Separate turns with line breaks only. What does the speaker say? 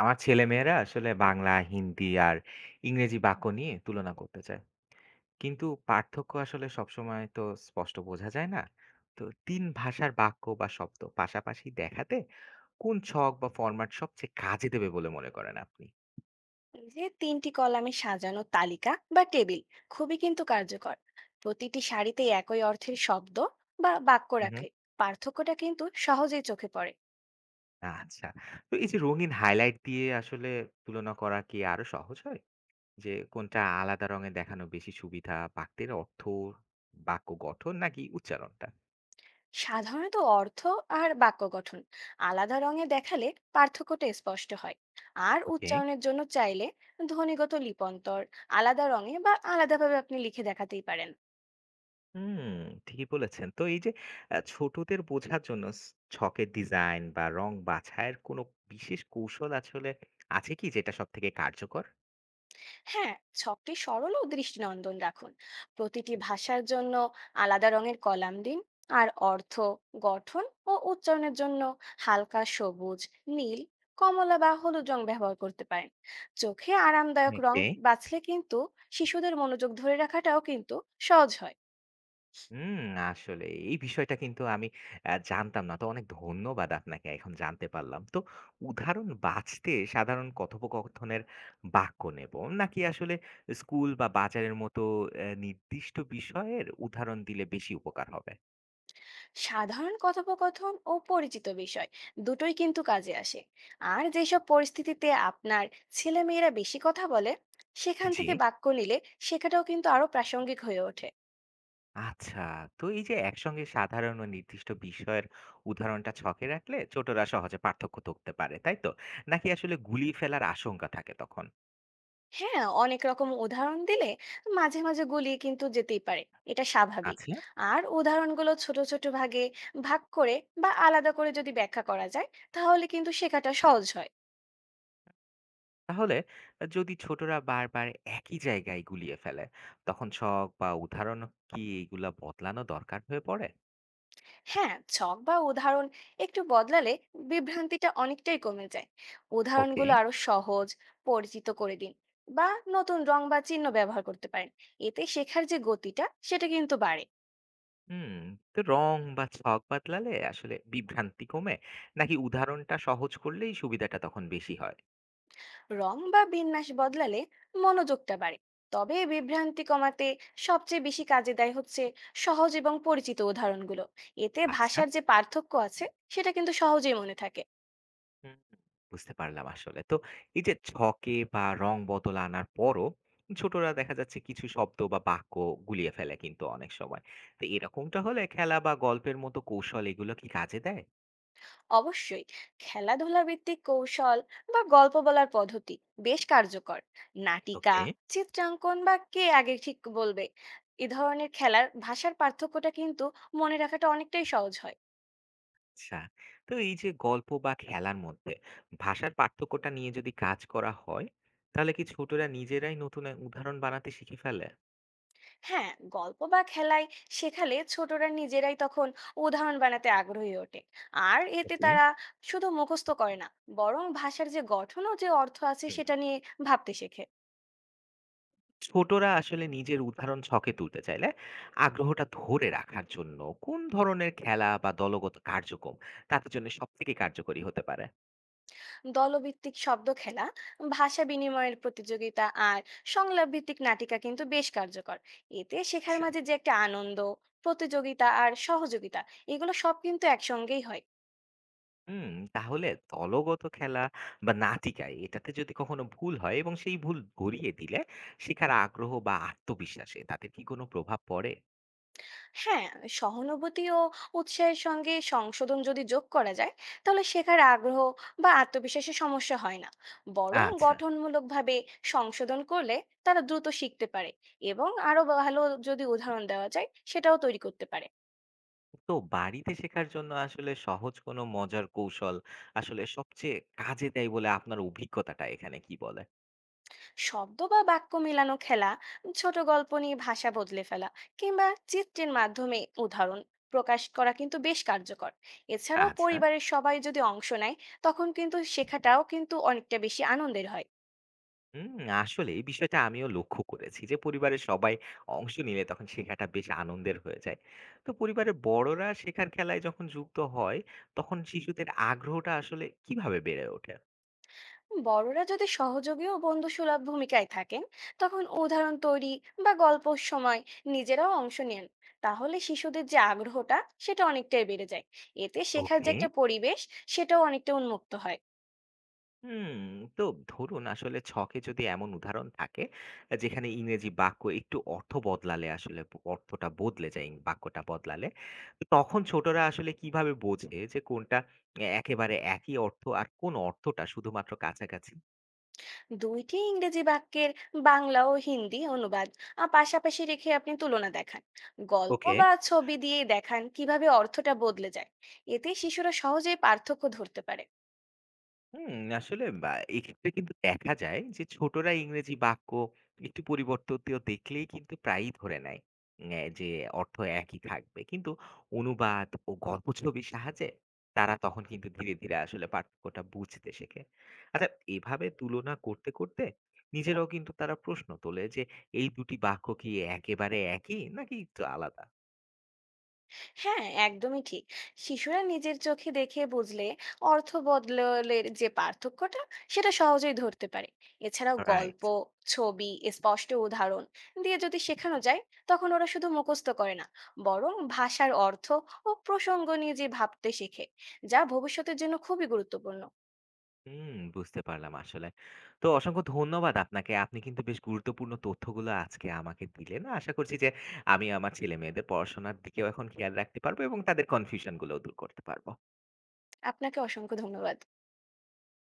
আমার ছেলেমেয়েরা আসলে বাংলা, হিন্দি আর ইংরেজি বাক্য নিয়ে তুলনা করতে চায়। কিন্তু পার্থক্য আসলে সবসময় তো স্পষ্ট বোঝা যায় না। তো ৩ ভাষার বাক্য বা শব্দ পাশাপাশি দেখাতে কোন ছক বা ফরম্যাট সবচেয়ে কাজে দেবে বলে মনে করেন আপনি?
এই যে তিনটি কলামে সাজানো তালিকা বা টেবিল খুবই কিন্তু কার্যকর। প্রতিটি সারিতে একই অর্থের শব্দ বা বাক্য
হুম, হুম।
রাখলে পার্থক্যটা কিন্তু সহজেই চোখে পড়ে।
আচ্ছা। তো এই যে রঙিন হাইলাইট দিয়ে আসলে তুলনা করা কি আরো সহজ হয়? যে কোনটা আলাদা রঙে দেখানো বেশি সুবিধা, বাক্যের অর্থ, বাক্য গঠন নাকি উচ্চারণটা?
সাধারণত অর্থ আর বাক্য গঠন আলাদা রঙে দেখালে পার্থক্যটা স্পষ্ট হয়। আর
ওকে।
উচ্চারণের জন্য চাইলে ধ্বনিগত লিপন্তর আলাদা রঙে বা আলাদাভাবে আপনি লিখে দেখাতেই পারেন।
হুম, ঠিকই বলেছেন। তো এই যে ছোটদের বোঝার জন্য ছকের ডিজাইন বা রং বাছাইয়ের কোনো বিশেষ কৌশল আসলে আছে কি যেটা সবথেকে কার্যকর?
হ্যাঁ, ছকটি সরল ও দৃষ্টিনন্দন রাখুন। প্রতিটি ভাষার জন্য আলাদা রঙের কলাম দিন। আর অর্থ, গঠন ও উচ্চারণের জন্য হালকা সবুজ, নীল, কমলা বা হলুদ রং ব্যবহার করতে পারেন। চোখে আরামদায়ক রং
ওকে।
বাছলে কিন্তু শিশুদের মনোযোগ ধরে রাখাটাও কিন্তু সহজ হয়।
হুম, আসলে এই বিষয়টা কিন্তু আমি জানতাম না। তো অনেক ধন্যবাদ আপনাকে। এখন জানতে পারলাম। তো উদাহরণ বাছতে সাধারণ কথোপকথনের বাক্য নেব নাকি আসলে স্কুল বা বাজারের মতো নির্দিষ্ট বিষয়ের উদাহরণ দিলে বেশি উপকার হবে?
সাধারণ কথোপকথন ও পরিচিত বিষয় দুটোই কিন্তু কাজে আসে। আর যেসব পরিস্থিতিতে আপনার ছেলেমেয়েরা বেশি কথা বলে সেখান
জি।
থেকে বাক্য নিলে শেখাটাও কিন্তু আরো প্রাসঙ্গিক হয়ে ওঠে।
আচ্ছা, তো এই যে একসঙ্গে সাধারণ ও নির্দিষ্ট বিষয়ের উদাহরণটা ছকে রাখলে ছোটরা সহজে পার্থক্য ধরতে পারে, তাই তো? নাকি আসলে গুলিয়ে ফেলার আশঙ্কা থাকে তখন?
হ্যাঁ, অনেক রকম উদাহরণ দিলে মাঝে মাঝে গুলিয়ে কিন্তু যেতেই পারে, এটা স্বাভাবিক।
আচ্ছা।
আর উদাহরণগুলো ছোট ছোট ভাগে ভাগ করে বা আলাদা করে যদি ব্যাখ্যা করা যায় তাহলে কিন্তু শেখাটা সহজ হয়।
তাহলে যদি ছোটরা বারবার একই জায়গায় গুলিয়ে ফেলে, তখন ছক বা উদাহরণ কি এইগুলা বদলানো দরকার হয়ে পড়ে?
হ্যাঁ, ছক বা উদাহরণ একটু বদলালে বিভ্রান্তিটা অনেকটাই কমে যায়।
ওকে।
উদাহরণগুলো আরো সহজ, পরিচিত করে দিন বা নতুন রং বা চিহ্ন ব্যবহার করতে পারেন। এতে শেখার যে গতিটা সেটা কিন্তু বাড়ে।
হুম। তো রং বা ছক বদলালে আসলে বিভ্রান্তি কমে নাকি উদাহরণটা সহজ করলেই সুবিধাটা তখন বেশি হয়?
রং বা বিন্যাস বদলালে মনোযোগটা বাড়ে, তবে বিভ্রান্তি কমাতে সবচেয়ে বেশি কাজে দেয় হচ্ছে সহজ এবং পরিচিত উদাহরণগুলো। এতে
আচ্ছা।
ভাষার যে পার্থক্য আছে সেটা কিন্তু সহজেই মনে থাকে।
হুম, বুঝতে পারলাম আসলে। তো এই যে ছকে বা রং বদল আনার পরও ছোটরা দেখা যাচ্ছে কিছু শব্দ বা বাক্য গুলিয়ে ফেলে কিন্তু অনেক সময়। তো এরকমটা হলে খেলা বা গল্পের মতো কৌশল এগুলো কি কাজে দেয়?
অবশ্যই, খেলাধুলা ভিত্তিক কৌশল বা গল্প বলার পদ্ধতি বেশ কার্যকর। নাটিকা,
ওকে।
চিত্রাঙ্কন বা কে আগে ঠিক বলবে, এ ধরনের খেলার ভাষার পার্থক্যটা কিন্তু মনে রাখাটা অনেকটাই সহজ হয়।
আচ্ছা। তো এই যে গল্প বা খেলার মধ্যে ভাষার পার্থক্যটা নিয়ে যদি কাজ করা হয়, তাহলে কি ছোটরা নিজেরাই নতুন উদাহরণ বানাতে শিখে ফেলে?
হ্যাঁ, গল্প বা খেলায় শেখালে ছোটরা নিজেরাই তখন উদাহরণ বানাতে আগ্রহী ওঠে। আর এতে
ওকে।
তারা শুধু মুখস্থ করে না, বরং ভাষার যে গঠন ও যে অর্থ আছে
হুম।
সেটা নিয়ে ভাবতে শেখে।
ছোটরা আসলে নিজের উদাহরণ ছকে তুলতে চাইলে আগ্রহটা ধরে রাখার জন্য কোন ধরনের খেলা বা দলগত কার্যক্রম তাদের জন্য সব থেকে কার্যকরী হতে পারে?
দলভিত্তিক শব্দ খেলা, ভাষা বিনিময়ের প্রতিযোগিতা আর সংলাপ ভিত্তিক নাটিকা কিন্তু বেশ কার্যকর। এতে শেখার
আচ্ছা।
মাঝে যে একটা আনন্দ, প্রতিযোগিতা আর সহযোগিতা, এগুলো সব কিন্তু একসঙ্গেই হয়।
হুম। তাহলে দলগত খেলা বা নাটিকায় এটাতে যদি কখনো ভুল হয় এবং সেই ভুল ধরিয়ে দিলে শেখার আগ্রহ বা আত্মবিশ্বাসে তাদের কি কোনো প্রভাব পড়ে?
হ্যাঁ, সহানুভূতি ও উৎসাহের সঙ্গে সংশোধন যদি যোগ করা যায় তাহলে শেখার আগ্রহ বা আত্মবিশ্বাসে সমস্যা হয় না। বরং
আচ্ছা।
গঠনমূলকভাবে সংশোধন করলে তারা দ্রুত শিখতে পারে এবং আরো ভালো যদি উদাহরণ দেওয়া যায় সেটাও তৈরি করতে পারে।
তো বাড়িতে শেখার জন্য আসলে সহজ কোনো মজার কৌশল আসলে সবচেয়ে কাজে দেয় বলে আপনার অভিজ্ঞতাটা এখানে কি বলে?
শব্দ বা বাক্য মেলানো খেলা, ছোট গল্প নিয়ে ভাষা বদলে ফেলা, কিংবা চিত্রের মাধ্যমে উদাহরণ প্রকাশ করা কিন্তু বেশ কার্যকর। এছাড়াও
আচ্ছা।
পরিবারের সবাই যদি অংশ নেয় তখন কিন্তু শেখাটাও কিন্তু অনেকটা বেশি আনন্দের হয়।
হুম, আসলে এই বিষয়টা আমিও লক্ষ্য করেছি যে পরিবারের সবাই অংশ নিলে তখন শেখাটা বেশ আনন্দের হয়ে যায়। তো পরিবারের বড়রা শেখার খেলায় যখন যুক্ত হয় তখন শিশুদের আগ্রহটা আসলে কিভাবে বেড়ে ওঠে?
বড়রা যদি সহযোগী ও বন্ধুসুলভ ভূমিকায় থাকেন, তখন উদাহরণ তৈরি বা গল্প সময় নিজেরাও অংশ নেন, তাহলে শিশুদের যে আগ্রহটা সেটা অনেকটাই বেড়ে যায়। এতে শেখার যে
ওকে।
একটা পরিবেশ সেটাও অনেকটা উন্মুক্ত হয়।
হুম। তো ধরুন আসলে ছকে যদি এমন উদাহরণ থাকে যেখানে ইংরেজি বাক্য একটু অর্থ বদলালে আসলে অর্থটা বদলে যায় বাক্যটা বদলালে। তো তখন ছোটরা আসলে কিভাবে বোঝে যে কোনটা একেবারে একই অর্থ আর কোন অর্থটা শুধুমাত্র কাছাকাছি?
দুইটি ইংরেজি বাক্যের বাংলা ও হিন্দি অনুবাদ পাশাপাশি রেখে আপনি তুলনা দেখান। গল্প
ওকে।
বা ছবি দিয়ে দেখান কিভাবে অর্থটা বদলে যায়। এতে শিশুরা সহজেই পার্থক্য ধরতে পারে।
হুম, আসলে বা এক্ষেত্রে কিন্তু দেখা যায় যে ছোটরা ইংরেজি বাক্য একটু পরিবর্তিত দেখলেই কিন্তু প্রায়ই ধরে নেয় যে অর্থ একই থাকবে, কিন্তু অনুবাদ ও গল্প ছবির সাহায্যে তারা তখন কিন্তু ধীরে ধীরে আসলে পার্থক্যটা বুঝতে শেখে। আচ্ছা। এভাবে তুলনা করতে করতে নিজেরাও কিন্তু তারা প্রশ্ন তোলে যে এই দুটি বাক্য কি একেবারে একই নাকি একটু আলাদা।
হ্যাঁ, একদমই ঠিক। শিশুরা নিজের চোখে দেখে বুঝলে অর্থ বদলের যে পার্থক্যটা সেটা সহজেই ধরতে পারে। এছাড়াও
রাইট।
গল্প, ছবি, স্পষ্ট উদাহরণ দিয়ে যদি শেখানো যায় তখন ওরা শুধু মুখস্থ করে না, বরং ভাষার অর্থ ও প্রসঙ্গ নিয়ে যে ভাবতে শেখে, যা ভবিষ্যতের জন্য খুবই গুরুত্বপূর্ণ।
হুম, বুঝতে পারলাম আসলে। তো অসংখ্য ধন্যবাদ আপনাকে। আপনি কিন্তু বেশ গুরুত্বপূর্ণ তথ্যগুলো আজকে আমাকে দিলেন। আশা করছি যে আমি আমার ছেলেমেয়েদের পড়াশোনার দিকেও এখন খেয়াল রাখতে পারবো এবং তাদের কনফিউশন গুলোও দূর করতে পারবো।
আপনাকে অসংখ্য ধন্যবাদ।